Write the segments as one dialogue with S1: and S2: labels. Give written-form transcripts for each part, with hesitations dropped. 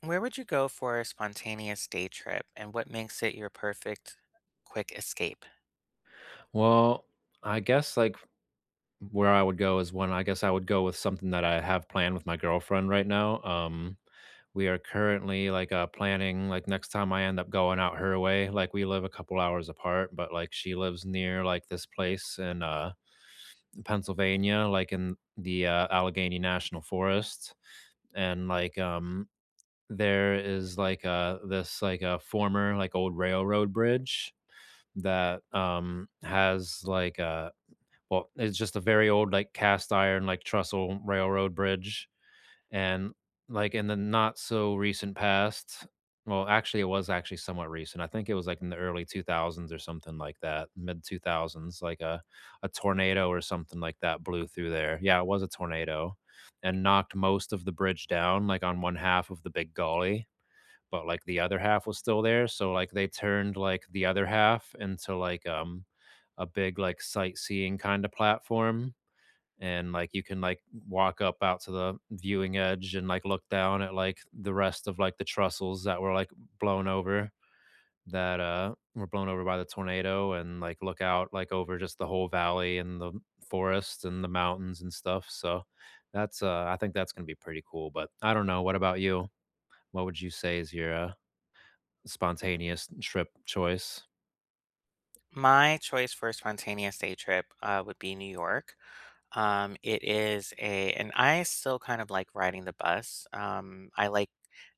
S1: Where would you go for a spontaneous day trip and what makes it your perfect quick escape?
S2: Well, I guess, where I would go is when I guess I would go with something that I have planned with my girlfriend right now. We are currently, planning, like, next time I end up going out her way, like, we live a couple hours apart, but, like, she lives near, like, this place in, Pennsylvania, like, in the, Allegheny National Forest, and, there is, this, like, a former, like, old railroad bridge that, has, like, a well, it's just a very old, like, cast iron, like, trestle railroad bridge, and, like, in the not so recent past well, actually, it was actually somewhat recent. I think it was, like, in the early 2000s or something like that, mid-2000s, like, a tornado or something like that blew through there. Yeah, it was a tornado and knocked most of the bridge down, like, on one half of the big gully, but, like, the other half was still there, so, like, they turned, like, the other half into, a big, like, sightseeing kinda platform and like you can like walk up out to the viewing edge and like look down at like the rest of like the trestles that were like blown over that were blown over by the tornado and like look out like over just the whole valley and the forest and the mountains and stuff so that's I think that's going to be pretty cool. But I don't know, what about you? What would you say is your spontaneous trip choice?
S1: My choice for a spontaneous day trip would be New York. And I still kind of like riding the bus. I like,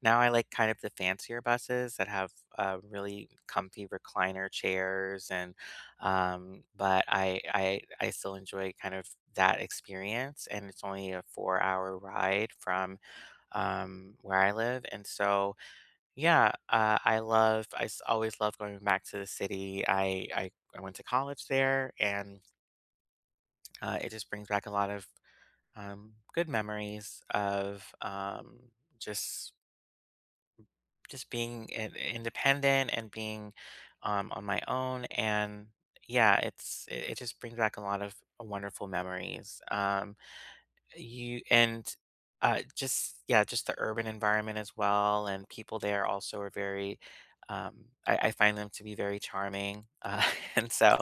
S1: now I like kind of the fancier buses that have really comfy recliner chairs and, but I still enjoy kind of that experience. And it's only a 4 hour ride from where I live. And so, yeah, I love, always love going back to the city. I went to college there and it just brings back a lot of good memories of just, just being independent and being on my own. And yeah, it just brings back a lot of wonderful memories. You and, just yeah, just the urban environment as well, and people there also are very, I find them to be very charming, and so,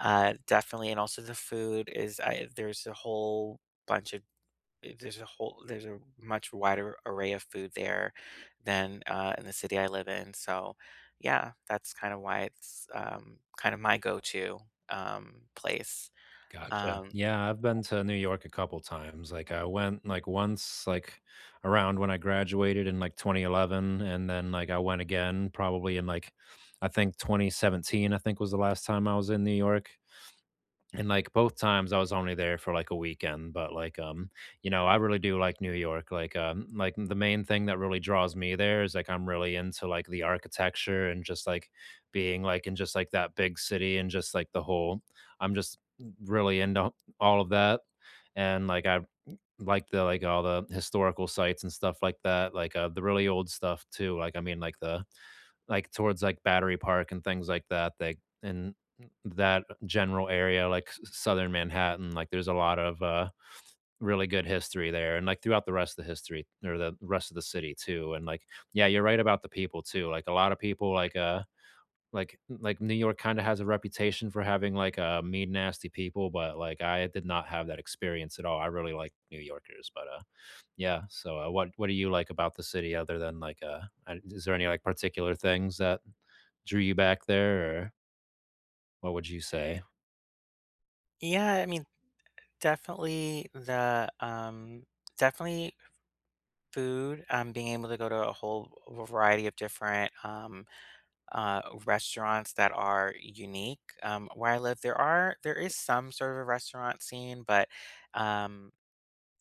S1: definitely, and also the food is I there's a whole bunch of eh, there's a much wider array of food there than, in the city I live in, so, yeah, that's kind of why it's, kind of my go-to, place,
S2: Gotcha.
S1: um.
S2: Yeah, I've been to New York a couple times. Like I went like once like around when I graduated in like 2011, and then like I went again probably in like I think 2017, I think, was the last time I was in New York, and, like, both times I was only there for, like, a weekend, but, you know, I really do like New York, like, the main thing that really draws me there is, like, I'm really into, like, the architecture and just, like, being, like, in just, like, that big city and just, like, the whole I'm just really into all of that, and, like, I like the like, all the historical sites and stuff like that, the really old stuff too, like, I mean, like, the like towards like Battery Park and things like that. They in that general area, like s- Southern Manhattan, like there's a lot of really good history there, and like throughout the rest of the history or the rest of the city too. And like, yeah, you're right about the people too. Like a lot of people, like New York kinda has a reputation for having, mean, nasty people, but, like, I did not have that experience at all. I really like New Yorkers, but, yeah, so, what do you like about the city other than, I is there any, like, particular things that drew you back there, or what would you say?
S1: Yeah, I mean Definitely definitely food, being able to go to a whole variety of different, restaurants that are unique. Where I live, there is some sort of a restaurant scene, but, um,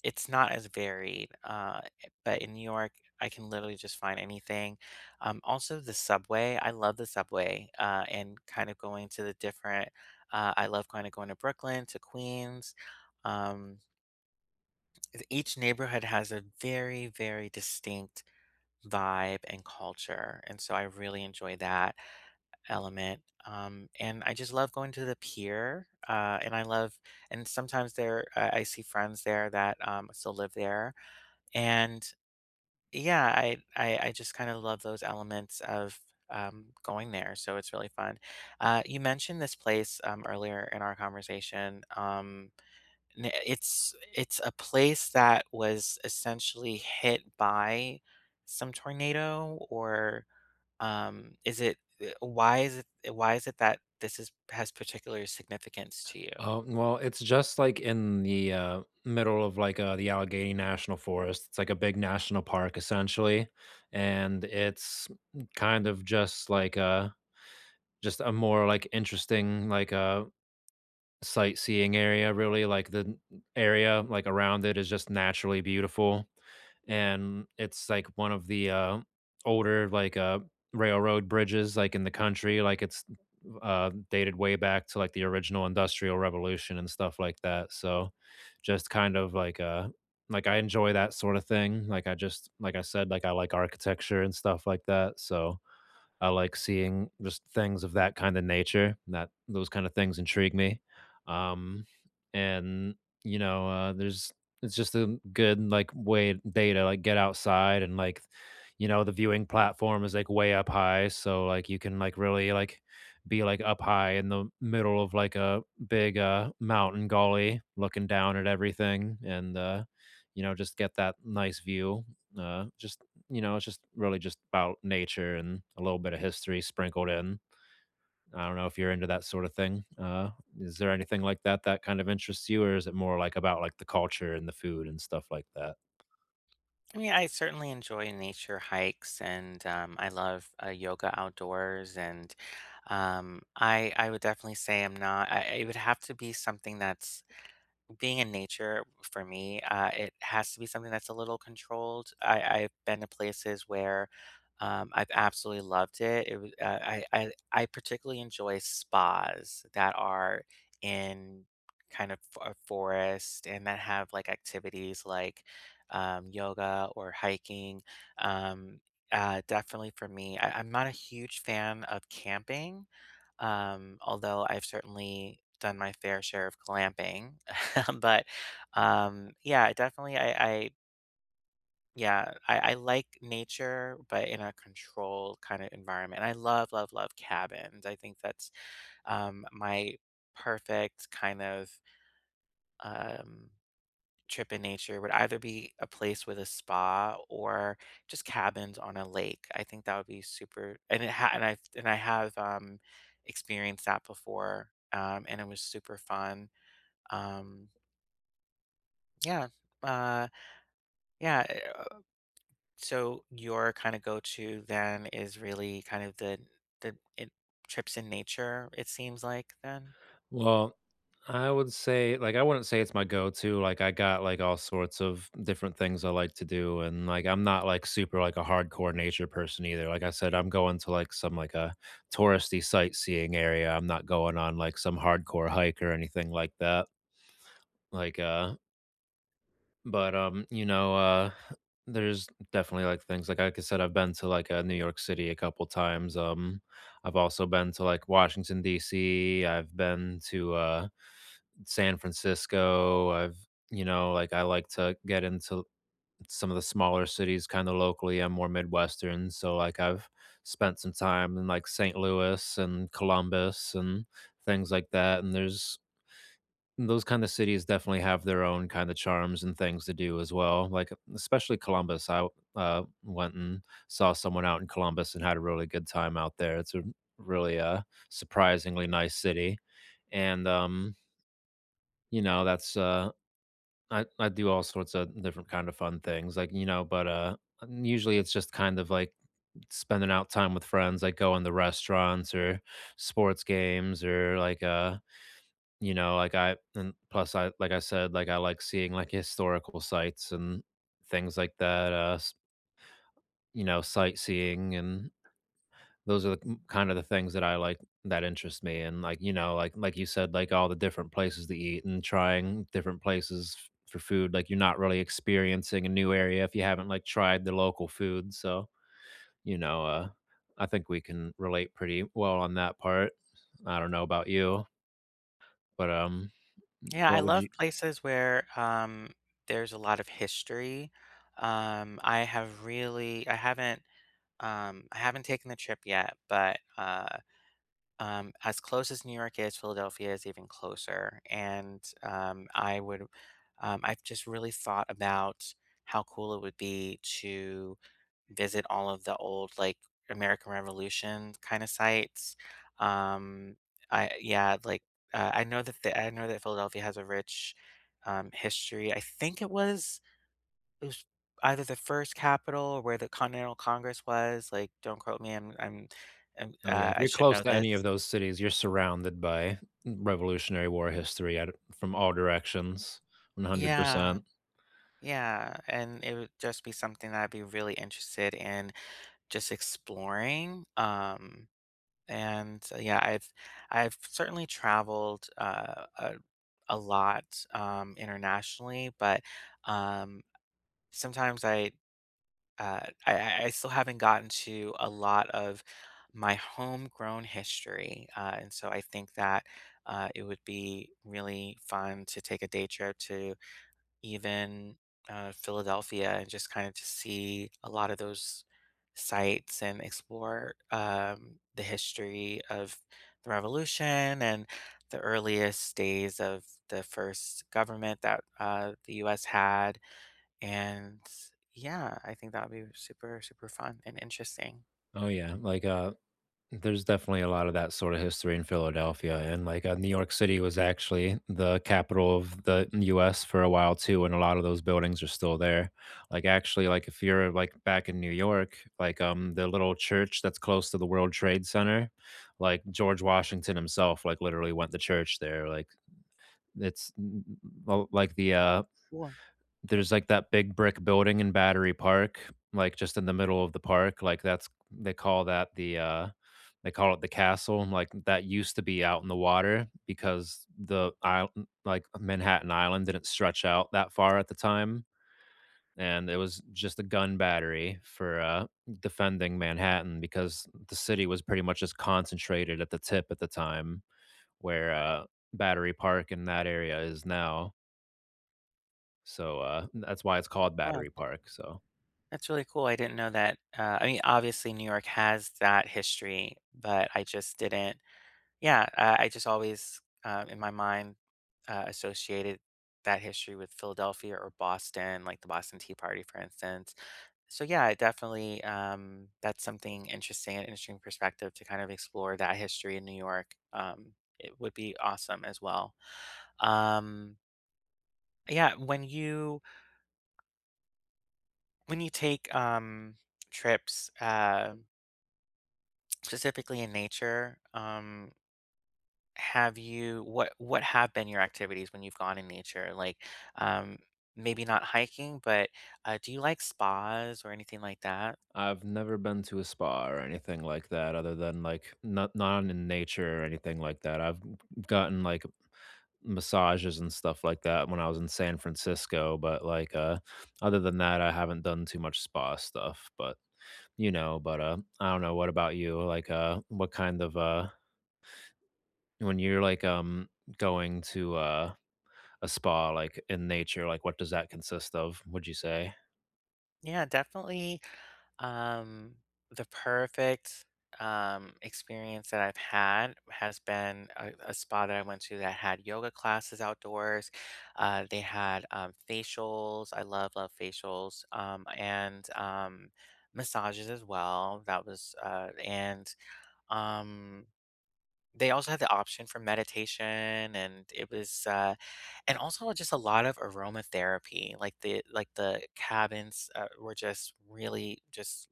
S1: it's not as varied, but in New York, I can literally just find anything. Also the subway, I love the subway, and kind of going to the different, I love kinda going to Brooklyn, to Queens, um, each neighborhood has a very, very distinct vibe and culture. And so I really enjoy that element. And I just love going to the pier. And I love, and sometimes there, I see friends there that still live there. And yeah, I just kind of love those elements of going there. So it's really fun. You mentioned this place earlier in our conversation. N it's a place that was essentially hit by some tornado or, why is it that this is has particular significance to you?
S2: Oh, well, it's just, like, in the, middle of, the Allegheny National Forest. It's, like, a big national park, essentially, and it's kind of just, just a more, interesting, sightseeing area, really, like, the n area, like, around it is just naturally beautiful, and it's, like, one of the, older, railroad bridges, like, in the country, like, it's, dated way back to, like, the original Industrial Revolution and stuff like that, so just kind of like, I enjoy that sorta thing, like, I just like I said, like, I like architecture and stuff like that, so I like seeing just things of that kind of nature, that those kind of things intrigue me. Um, and you know, there's it's just a good like way day to like get outside and like you know the viewing platform is like way up high, so like you can like really like be like up high in the middle of like a big mountain gully looking down at everything and you know just get that nice view just you know, it's just really just about nature and a little bit of history sprinkled in. I don't know if you're into that sort of thing. Is there anything like that that kind of interests you, or is it more like about like the culture and the food and stuff like that?
S1: I mean, I certainly enjoy nature hikes, and, I love, yoga outdoors, and, I would definitely say I'm not I it would have to be something that's being in nature for me, it has to be something that's a little controlled. I've been to places where I've absolutely loved it. It was I I particularly enjoy spas that are in kind of a forest and that have like activities like yoga or hiking. Um, definitely for me, I'm not a huge fan of camping although I've certainly done my fair share of glamping. But yeah, definitely, I yeah, I like nature, but in a controlled kind of environment. I love, love, love cabins. I think that's my perfect kind of um, trip in nature would either be a place with a spa or just cabins on a lake. I think that would be super, and it ha- and I have experienced that before and it was super fun. Um, yeah. Uh, yeah, eh, so your kind of go-to then is really kind of the it, trips in nature it seems like then.
S2: Well, I would say like, I wouldn't say it's my go-to, like, I got, like, all sorts of different things I like to do, and, like, I'm not, like, super, like, a hardcore nature person either, like I said, I'm going to, like, some, like, a touristy sightseeing area, I'm not going on, like, some hardcore hike or anything like that, like, uh but, you know, there's definitely, like, things like I said, I've been to, New York City a couple times, I've also been to, like, Washington DC, I've been to, San Francisco. I've, you know, like I like to get into some of the smaller cities kind of locally. I'm more Midwestern. So, like, I've spent some time in like St. Louis and Columbus and things like that. And there's those kind of cities definitely have their own kind of charms and things to do as well. Like, especially Columbus. I went and saw someone out in Columbus and had a really good time out there. It's a really surprisingly nice city. And, you know that's I do all sorts of different kind of fun things, like, you know, but, usually it's just kind of like spending out time with friends, like going to restaurants or sports games or you know, like I and plus I like I said, like I like seeing like historical sites and things like that, s you know, sightseeing and those are the m kind of the things that I like that interest me and, like, you know, like you said, like, all the different places to eat and trying different places f for food, like, you're not really experiencing a new area if you haven't, like, tried the local food, so, you know, I think we can relate pretty well on that part. I don't know about you, but,
S1: Yeah, I
S2: what would you
S1: love places where there's a lot of history. I have really I haven't taken the trip yet, but, as close as New York is, Philadelphia is even closer, and, I've just really thought about how cool it would be to visit all of the old, like, American Revolution kinda sites. Um, I yeah, like, I know that Philadelphia has a rich, history. I think it was either the first Capitol or where the Continental Congress was. Like, don't quote me, I'm
S2: Oh, yeah, if
S1: I
S2: you're
S1: should
S2: close
S1: know
S2: to any of
S1: this.
S2: those cities, you're surrounded by Revolutionary War history at from all directions,
S1: Yeah,
S2: 100%.
S1: yeah, and it would just be something that I'd be really interested in just exploring, and, yeah, I've certainly traveled, a lot, internationally, but, um, sometimes Uh, I I still haven't gotten to a lot of my homegrown history, and so I think that it would be really fun to take a day trip to even Philadelphia and just kind of to see a lot of those sites and explore the history of the revolution and the earliest days of the first government that the U.S. had. And yeah, I think that would be super, super fun and interesting.
S2: Oh, yeah, there's definitely a lot of that sort of history in Philadelphia, and New York City was actually the capital of the U.S. for a while too, and a lot of those buildings are still there. Like actually, like if you're like back in New York, the little church that's close to the World Trade Center, like George Washington himself, like literally went to church there. Like it's n- n- well, like the
S1: Cool.
S2: there's, like, that big brick building in Battery Park, like, just in the middle of the park, like, that's they call that the, they call it the castle, like, that used to be out in the water because the isl like, Manhattan Island didn't stretch out that far at the time, and it was just a gun battery for, defending Manhattan because the city was pretty much just concentrated at the tip at the time where, Battery Park in that area is now, so, that's why it's called
S1: Wow.
S2: Battery Park, so
S1: That's really cool. I didn't know that. I mean, obviously, New York has that history, but I just didn't. Yeah, I just always, in my mind, associated that history with Philadelphia or Boston, like the Boston Tea Party, for instance. So yeah, it definitely that's something interesting, an interesting perspective to kind of explore that history in New York. It would be awesome as well. Um, Yeah, when you take, trips, specifically in nature, have you what have been your activities when you've gone in nature? Like, um, maybe not hiking, but, do you like spas or anything like that?
S2: I've never been to a spa or anything like that other than like not in nature or anything like that. I've gotten like massages and stuff like that when I was in San Francisco, but other than that I haven't done too much spa stuff, but you know, but I don't know, what about you? Like what kind of when you're going to a spa like in nature, like what does that consist of, would you say?
S1: Yeah, definitely. Um, the perfect, experience that I've had has been a spa that I went to that had yoga classes outdoors. They had facials. I love, love facials. And massages as well. That was, and um, they also had the option for meditation, and it was and also just a lot of aromatherapy. Like the cabins were just really just,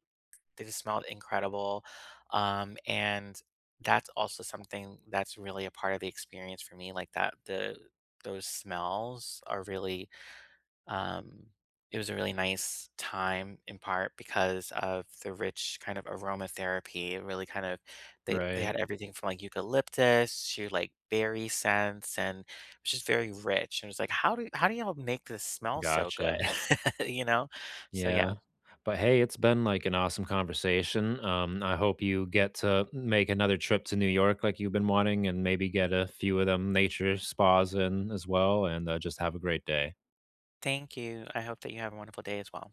S1: they just smelled incredible. And that's also something that's really a part of the experience for me, like that the those smells are really um, it was a really nice time in part because of the rich kind of aromatherapy. It really kind of, they
S2: Right.
S1: had everything from like eucalyptus to like berry scents, and it was just very rich. And it was like, how do y'all make this smell so good?
S2: Gotcha.
S1: You know? So yeah.
S2: Yeah. But hey, it's been like an awesome conversation. I hope you get to make another trip to New York like you've been wanting and maybe get a few of them nature spas in as well. And just have a great day.
S1: Thank you. I hope that you have a wonderful day as well.